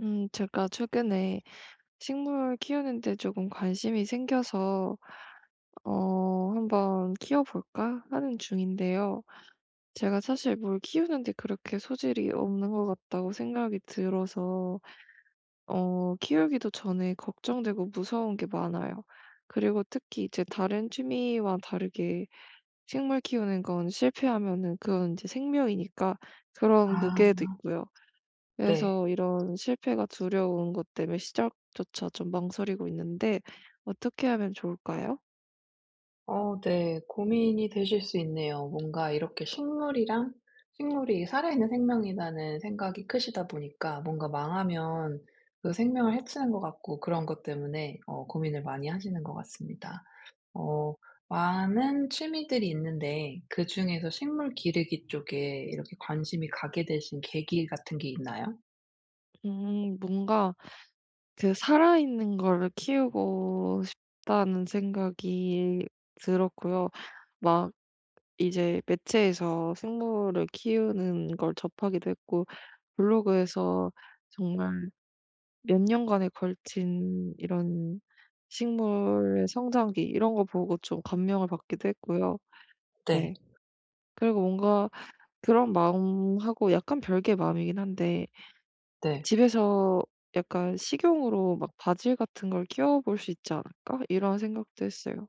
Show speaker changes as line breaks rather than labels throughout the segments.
제가 최근에 식물 키우는데 조금 관심이 생겨서, 한번 키워볼까 하는 중인데요. 제가 사실 뭘 키우는데 그렇게 소질이 없는 것 같다고 생각이 들어서, 키우기도 전에 걱정되고 무서운 게 많아요. 그리고 특히 이제 다른 취미와 다르게 식물 키우는 건 실패하면은 그건 이제 생명이니까 그런
아
무게도 있고요.
네.
그래서 이런 실패가 두려운 것 때문에 시작조차 좀 망설이고 있는데 어떻게 하면 좋을까요?
어 네. 고민이 되실 수 있네요. 뭔가 이렇게 식물이 살아있는 생명이라는 생각이 크시다 보니까, 뭔가 망하면 그 생명을 해치는 것 같고, 그런 것 때문에 고민을 많이 하시는 것 같습니다. 어 많은 취미들이 있는데, 그중에서 식물 기르기 쪽에 이렇게 관심이 가게 되신 계기 같은 게 있나요?
뭔가 그 살아있는 거를 키우고 싶다는 생각이 들었고요. 막 이제 매체에서 생물을 키우는 걸 접하기도 했고, 블로그에서 정말 몇 년간에 걸친 이런 식물의 성장기, 이런 거 보고 좀 감명을 받기도 했고요.
네.
네. 그리고 뭔가 그런 마음하고 약간 별개의 마음이긴 한데,
네.
집에서 약간 '식용으로 막 바질 같은 걸 끼워 볼 수 있지 않을까?' 이런 생각도 했어요.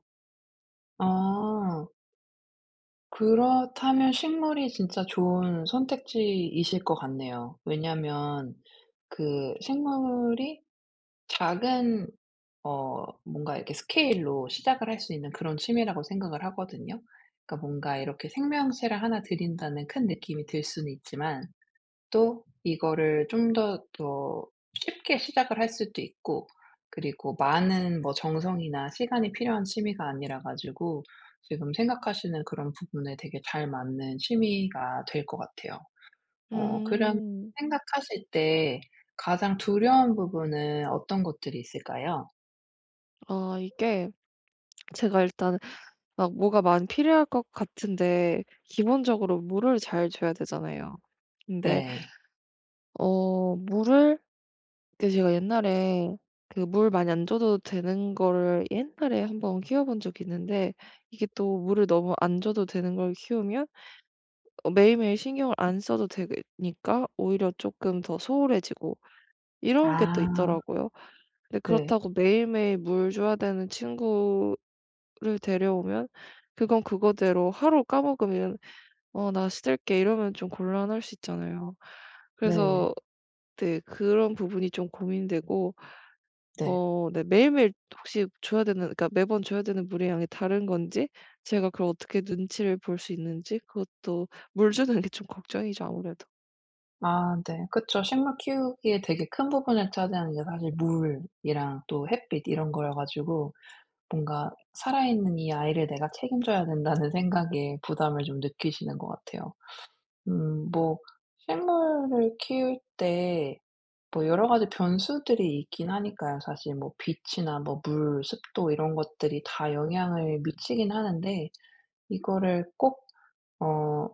아. 그렇다면 식물이 진짜 좋은 선택지이실 것 같네요. 왜냐면 그 식물이 작은, 뭔가 이렇게 스케일로 시작을 할 수 있는 그런 취미라고 생각을 하거든요. 그러니까 뭔가 이렇게 생명체를 하나 들인다는 큰 느낌이 들 수는 있지만, 또 이거를 좀 더 쉽게 시작을 할 수도 있고, 그리고 많은, 뭐 정성이나 시간이 필요한 취미가 아니라 가지고 지금 생각하시는 그런 부분에 되게 잘 맞는 취미가 될 것 같아요. 그럼
음.
생각하실 때 가장 두려운 부분은 어떤 것들이 있을까요?
아, 이게 제가 일단 막 뭐가 많이 필요할 것 같은데, 기본적으로 물을 잘 줘야 되잖아요. 근데
네.
물을, 그 제가 옛날에 그 물 많이 안 줘도 되는 거를 옛날에 한번 키워 본 적이 있는데, 이게 또 물을 너무 안 줘도 되는 걸 키우면 매일매일 신경을 안 써도 되니까 오히려 조금 더 소홀해지고, 이런 게 또
아
있더라고요. 근데
네.
그렇다고 매일매일 물 줘야 되는 친구를 데려오면, 그건 그거대로 하루 까먹으면 '어 나 시들게,' 이러면 좀 곤란할 수 있잖아요.
네.
그래서, 네, 그런 부분이 좀 고민되고,
네.
네, 매일매일 혹시 줘야 되는, 그러니까 매번 줘야 되는 물의 양이 다른 건지, 제가 그걸 어떻게 눈치를 볼 수 있는지, 그것도 물 주는 게 좀 걱정이죠, 아무래도.
아 네. 그쵸. 식물 키우기에 되게 큰 부분을 차지하는 게 사실 물이랑 또 햇빛 이런 거여 가지고, 뭔가 '살아있는 이 아이를 내가 책임져야 된다.'는 생각에 부담을 좀 느끼시는 것 같아요. 뭐 식물을 키울 때 뭐 여러 가지 변수들이 있긴 하니까요. 사실 뭐 빛이나 뭐 물, 습도 이런 것들이 다 영향을 미치긴 하는데, 이거를 꼭 어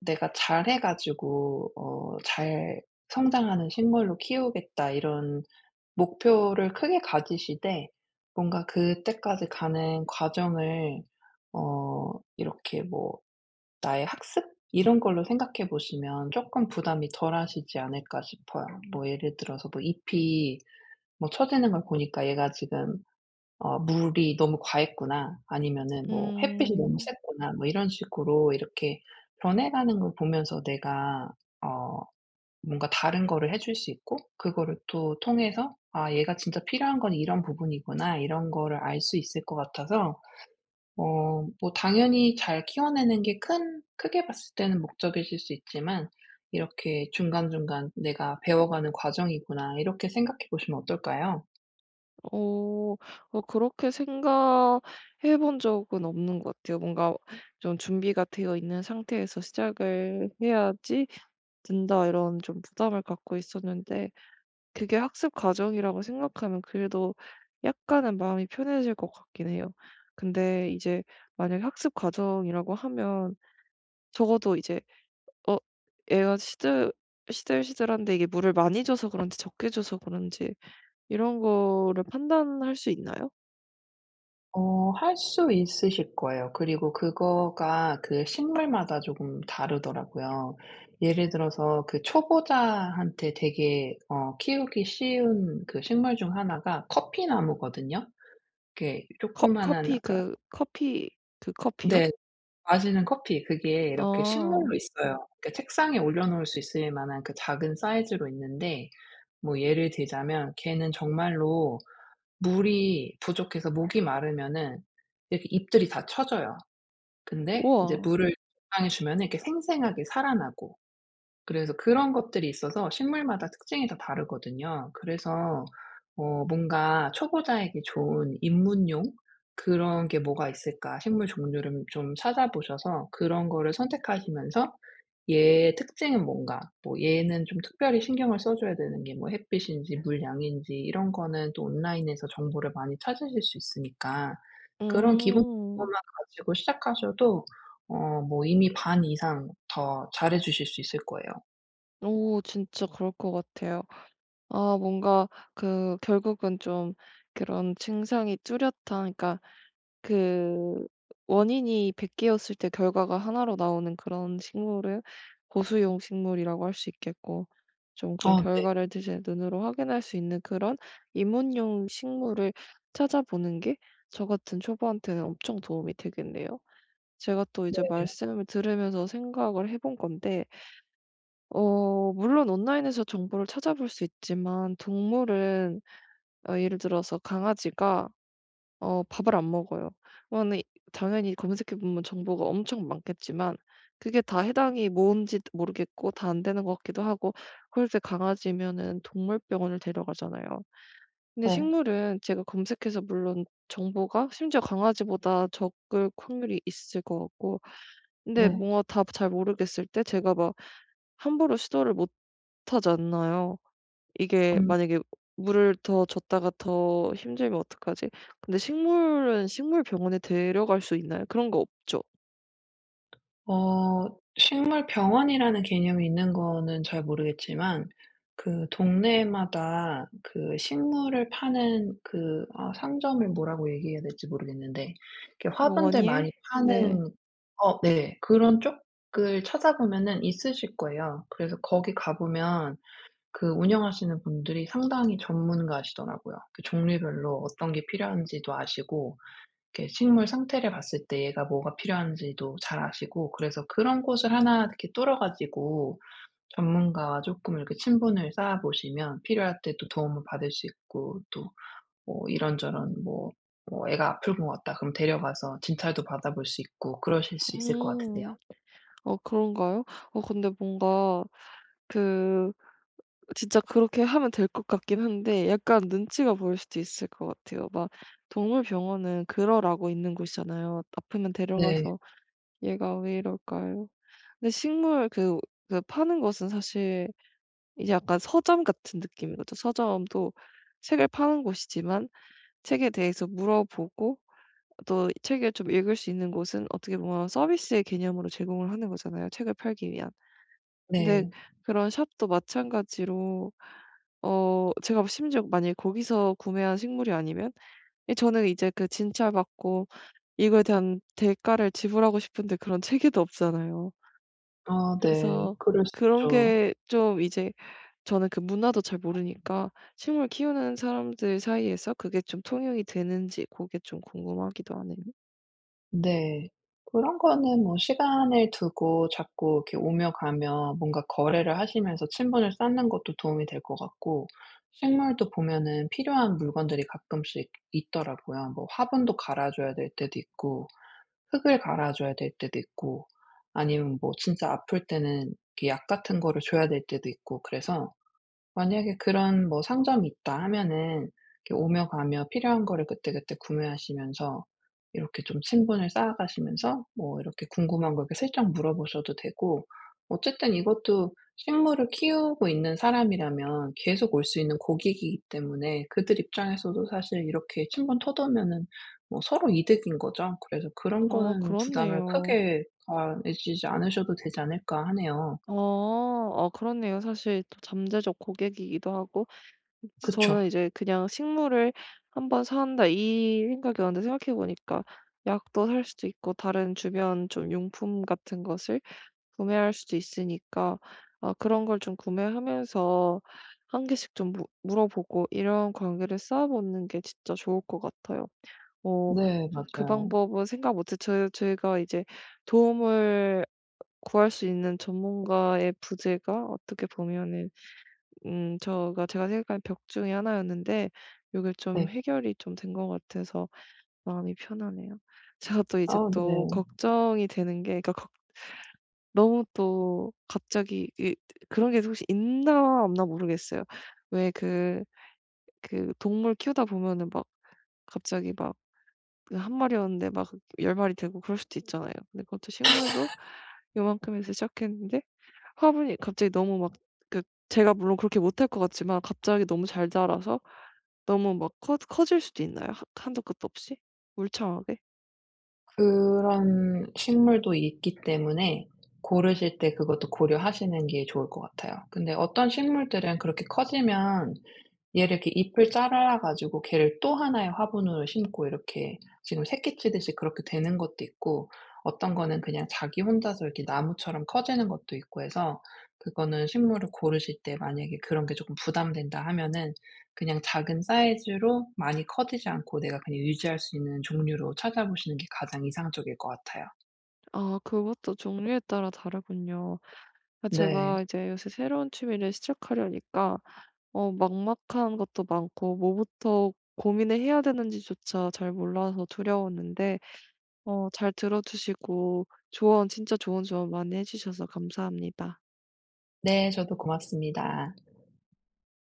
내가 잘해 가지고 '잘 성장하는 식물로 키우겠다.' 이런 목표를 크게 가지시되, 뭔가 그때까지 가는 과정을 어 이렇게 뭐 나의 학습, 이런 걸로 생각해 보시면 쪼끔 부담이 덜하시지 않을까 싶어요. 뭐 예를 들어서 뭐 잎이 뭐 처지는 걸 보니까 '얘가 지금 물이 너무 과했구나.' 아니면은 뭐 '햇빛이 너무
음.
셌구나.' 뭐 이런 식으로, 이렇게 변해가는 걸 보면서 내가 어 뭔가 다른 거를 해줄 수 있고, 그거를 또 통해서 '아 얘가 진짜 필요한 건 이런 부분이구나.' 이런 거를 알 수 있을 것 같아서, 뭐 당연히 잘 키워내는 게 큰 크게 봤을 때는 목적이실 수 있지만, 이렇게 '중간중간 내가 배워가는 과정이구나.' 이렇게 생각해 보시면 어떨까요?
어. 그렇게 생각해 본 적은 없는 것 같아요. 뭔가 좀 준비가 되어 있는 상태에서 시작을 해야지 된다, 이런 좀 부담을 갖고 있었는데, 그게 학습 과정이라고 생각하면 그래도 약간은 마음이 편해질 것 같긴 해요. 근데 이제 만약에 학습 과정이라고 하면, 적어도 이제 '어, 얘가 시들시들한데 이게 물을 많이 줘서 그런지 적게 줘서 그런지,' 이런 거를 판단할 수 있나요?
할 수 있으실 거예요. 그리고 그거가 그 식물마다 조금 다르더라고요. 예를 들어서 그 초보자한테 되게 키우기 쉬운 그 식물 중 하나가 커피나무거든요. 이렇게
커
조그마한,
커피
그러니까.
그 커피요?
네. 마시는 커피, 그게 이렇게
아.
식물로 있어요. 그러니까 책상에 올려 놓을 수 있을 만한 그 작은 사이즈로 있는데, 뭐 예를 들자면 걔는 정말로 물이 부족해서 목이 마르면은 이렇게 잎들이 다 처져요. 근데 이제
우와.
물을 적당히 주면은 이렇게 생생하게 살아나고. 그래서 그런 것들이 있어서 식물마다 특징이 다 다르거든요. 그래서 뭔가 초보자에게 좋은 입문용, 그런 게 뭐가 있을까, 식물 종류를 좀 찾아보셔서 그런 거를 선택하시면서 얘의 특징은 뭔가, 뭐 얘는 좀 특별히 신경을 써 줘야 되는 게 뭐 햇빛인지 물양인지, 이런 거는 또 온라인에서 정보를 많이 찾으실 수 있으니까, 그런 기본
음.
정보만 가지고 시작하셔도 뭐 이미 반 이상 더 잘해 주실 수 있을 거예요.
오, 진짜 그럴 것 같아요. 아, 뭔가 그 결국은 좀, 그런 증상이 뚜렷한, 그러니까 그 원인이 100 개였을 때 결과가 하나로 나오는 그런 식물을 보수용 식물이라고 할 수 있겠고, 좀 그런
아 네.
결과를 이제 눈으로 확인할 수 있는 그런 입문용 식물을 찾아보는 게 저 같은 초보한테는 엄청 도움이 되겠네요. 제가 또 이제
네.
말씀을 들으면서 생각을 해본 건데, 물론 온라인에서 정보를 찾아볼 수 있지만, 동물은, 예를 들어서 강아지가 밥을 안 먹어요. 그러면 당연히 검색해 보면 정보가 엄청 많겠지만 그게 다 해당이 뭔지 모르겠고 다 안 되는 것 같기도 하고, 그럴 때 강아지면은 동물병원을 데려가잖아요. 근데
네.
식물은 제가 검색해서, 물론 정보가 심지어 강아지보다 적을 확률이 있을 것 같고, 근데
네.
뭔가 다 잘 모르겠을 때 제가 막 함부로 시도를 못하지않나요? 이게
음.
만약에 물을 더 줬다가 더 힘들면 어떡하지? 근데 식물은 식물 병원에 데려갈 수 있나요? 그런 거 없죠?
어 식물 병원이라는 개념이 있는 거는 잘 모르겠지만, 그 동네마다 그 식물을 파는 그, 상점을 뭐라고 얘기해야 될지 모르겠는데, 이렇게 화분들 많이
원예? 네.
파는. 어 네. 그런 쪽을 찾아보면은 있으실 거예요. 그래서 거기 가 보면 그 운영하시는 분들이 상당히 전문가시더라고요. 그 종류별로 어떤 게 필요한지도 아시고, 이렇게 식물 상태를 봤을 때 얘가 뭐가 필요한지도 잘 아시고, 그래서 그런 곳을 하나 이렇게 뚫어 가지고 전문가와 쪼끔 이렇게 친분을 쌓아 보시면, 필요할 때 또 도움을 받을 수 있고, 또 뭐 이런저런, 뭐 "애가 아플 것 같다." 그럼 데려가서 진찰도 받아볼 수 있고, 그러실 수 있을 것 같은데요.
음. 어 그런가요? 근데 뭔가 그 진짜 그렇게 하면 될 것 같긴 한데, 약간 눈치가 보일 수도 있을 것 같아요. 막 동물 병원은 그러라고 있는 곳이잖아요. 아프면
네.
데려가서 얘가 왜 이럴까요? 근데 식물, 그 파는 곳은 사실 이제 약간 서점 같은 느낌인 거죠. 서점도 책을 파는 곳이지만 책에 대해서 물어보고 또 책을 좀 읽을 수 있는 곳은, 어떻게 보면 서비스의 개념으로 제공을 하는 거잖아요, 책을 팔기 위한. 근데
네.
그런 샵도 마찬가지로, 제가 심지어 만약에 거기서 구매한 식물이 아니면, 이 저는 이제 그 진찰받고 이거에 대한 대가를 지불하고 싶은데, 그런 체계도 없잖아요.
아 네.
그래서
그럴 수
그런
있죠.
게 좀 이제, 저는 그 문화도 잘 모르니까 식물 키우는 사람들 사이에서 그게 좀 통용이 되는지, 그게 좀 궁금하기도 하네요.
네. 그런 거는 뭐 시간을 두고 자꾸 이렇게 오며 가며 뭔가 거래를 하시면서 친분을 쌓는 것도 도움이 될 것 같고, 식물도 보면은 필요한 물건들이 가끔씩 있더라고요. 뭐 화분도 갈아 줘야 될 때도 있고, 흙을 갈아 줘야 될 때도 있고, 아니면 뭐 진짜 아플 때는 이렇게 약 같은 거를 줘야 될 때도 있고, 그래서 만약에 그런 뭐 상점이 있다 하면은, 이렇게 오며 가며 필요한 거를 그때그때 구매하시면서 이렇게 좀 친분을 쌓아가시면서, 뭐 이렇게 궁금한 거 이렇게 슬쩍 물어보셔도 되고. 어쨌든 이것도 식물을 키우고 있는 사람이라면 계속 올 수 있는 고객이기 때문에, 그들 입장에서도 사실 이렇게 친분 터두면은 뭐 서로 이득인 거죠. 그래서 그런
아,
거는 부담을
그렇네요.
크게 가지지 않으셔도 되지 않을까 하네요.
아 아, 그렇네요. 사실 또 잠재적 고객이기도 하고,
그쵸.
저는 이제 그냥 '식물을 한번 사한다,' 이 생각이었는데, 생각해 보니까 약도 살 수도 있고 다른 주변 좀 용품 같은 것을 구매할 수도 있으니까, 아, 그런 걸 좀 구매하면서 한 개씩 좀 무 물어보고 이런 관계를 쌓아보는 게 진짜 좋을 것 같아요. 어
네
저는 그
맞아요.
방법은 생각 못 했, 제가 이제 도움을 구할 수 있는 전문가의 부재가 어떻게 보면은, 저가 제가 생각한 벽 중에 하나였는데, 요게 좀
네.
해결이 좀 된 것 같아서 마음이 편하네요. 제가 또 이제
아
또
네.
걱정이 되는 게, 그러니까 너무 또 갑자기 이, 그런 게 혹시 있나 없나 모르겠어요. 왜 그 동물 키우다 보면은 막 갑자기 막 그 한 마리였는데 막 10마리 되고 그럴 수도 있잖아요. 근데 그것도 식물도 요만큼에서 시작했는데, 화분이 갑자기 너무 막 그, 제가 물론 그렇게 못할 것 같지만 갑자기 너무 잘 자라서 너무 막 커 커질 수도 있나요? 하 한도 끝도 없이? 울창하게?
그런 식물도 있기 때문에 고르실 때 그것도 고려하시는 게 좋을 것 같아요. 근데 어떤 식물들은 그렇게 커지면 얘를 이렇게 잎을 잘라 가지고 걔를 또 하나의 화분으로 심고, 이렇게 지금 새끼치듯이 그렇게 되는 것도 있고, 어떤 거는 그냥 자기 혼자서 이렇게 나무처럼 커지는 것도 있고 해서, 그거는 식물을 고르실 때 만약에 그런 게 조금 부담된다 하면은 그냥 작은 사이즈로 많이 커지지 않고 내가 그냥 유지할 수 있는 종류로 찾아보시는 게 가장 이상적일 것 같아요.
아, 그것도 종류에 따라 다르군요. 아,
네.
제가 이제 요새 새로운 취미를 시작하려니까, 막막한 것도 많고 뭐부터 고민을 해야 되는지조차 잘 몰라서 두려웠는데, 잘 들어 주시고 조언 진짜 좋은 조언 많이 해 주셔서 감사합니다.
네. 저도 고맙습니다.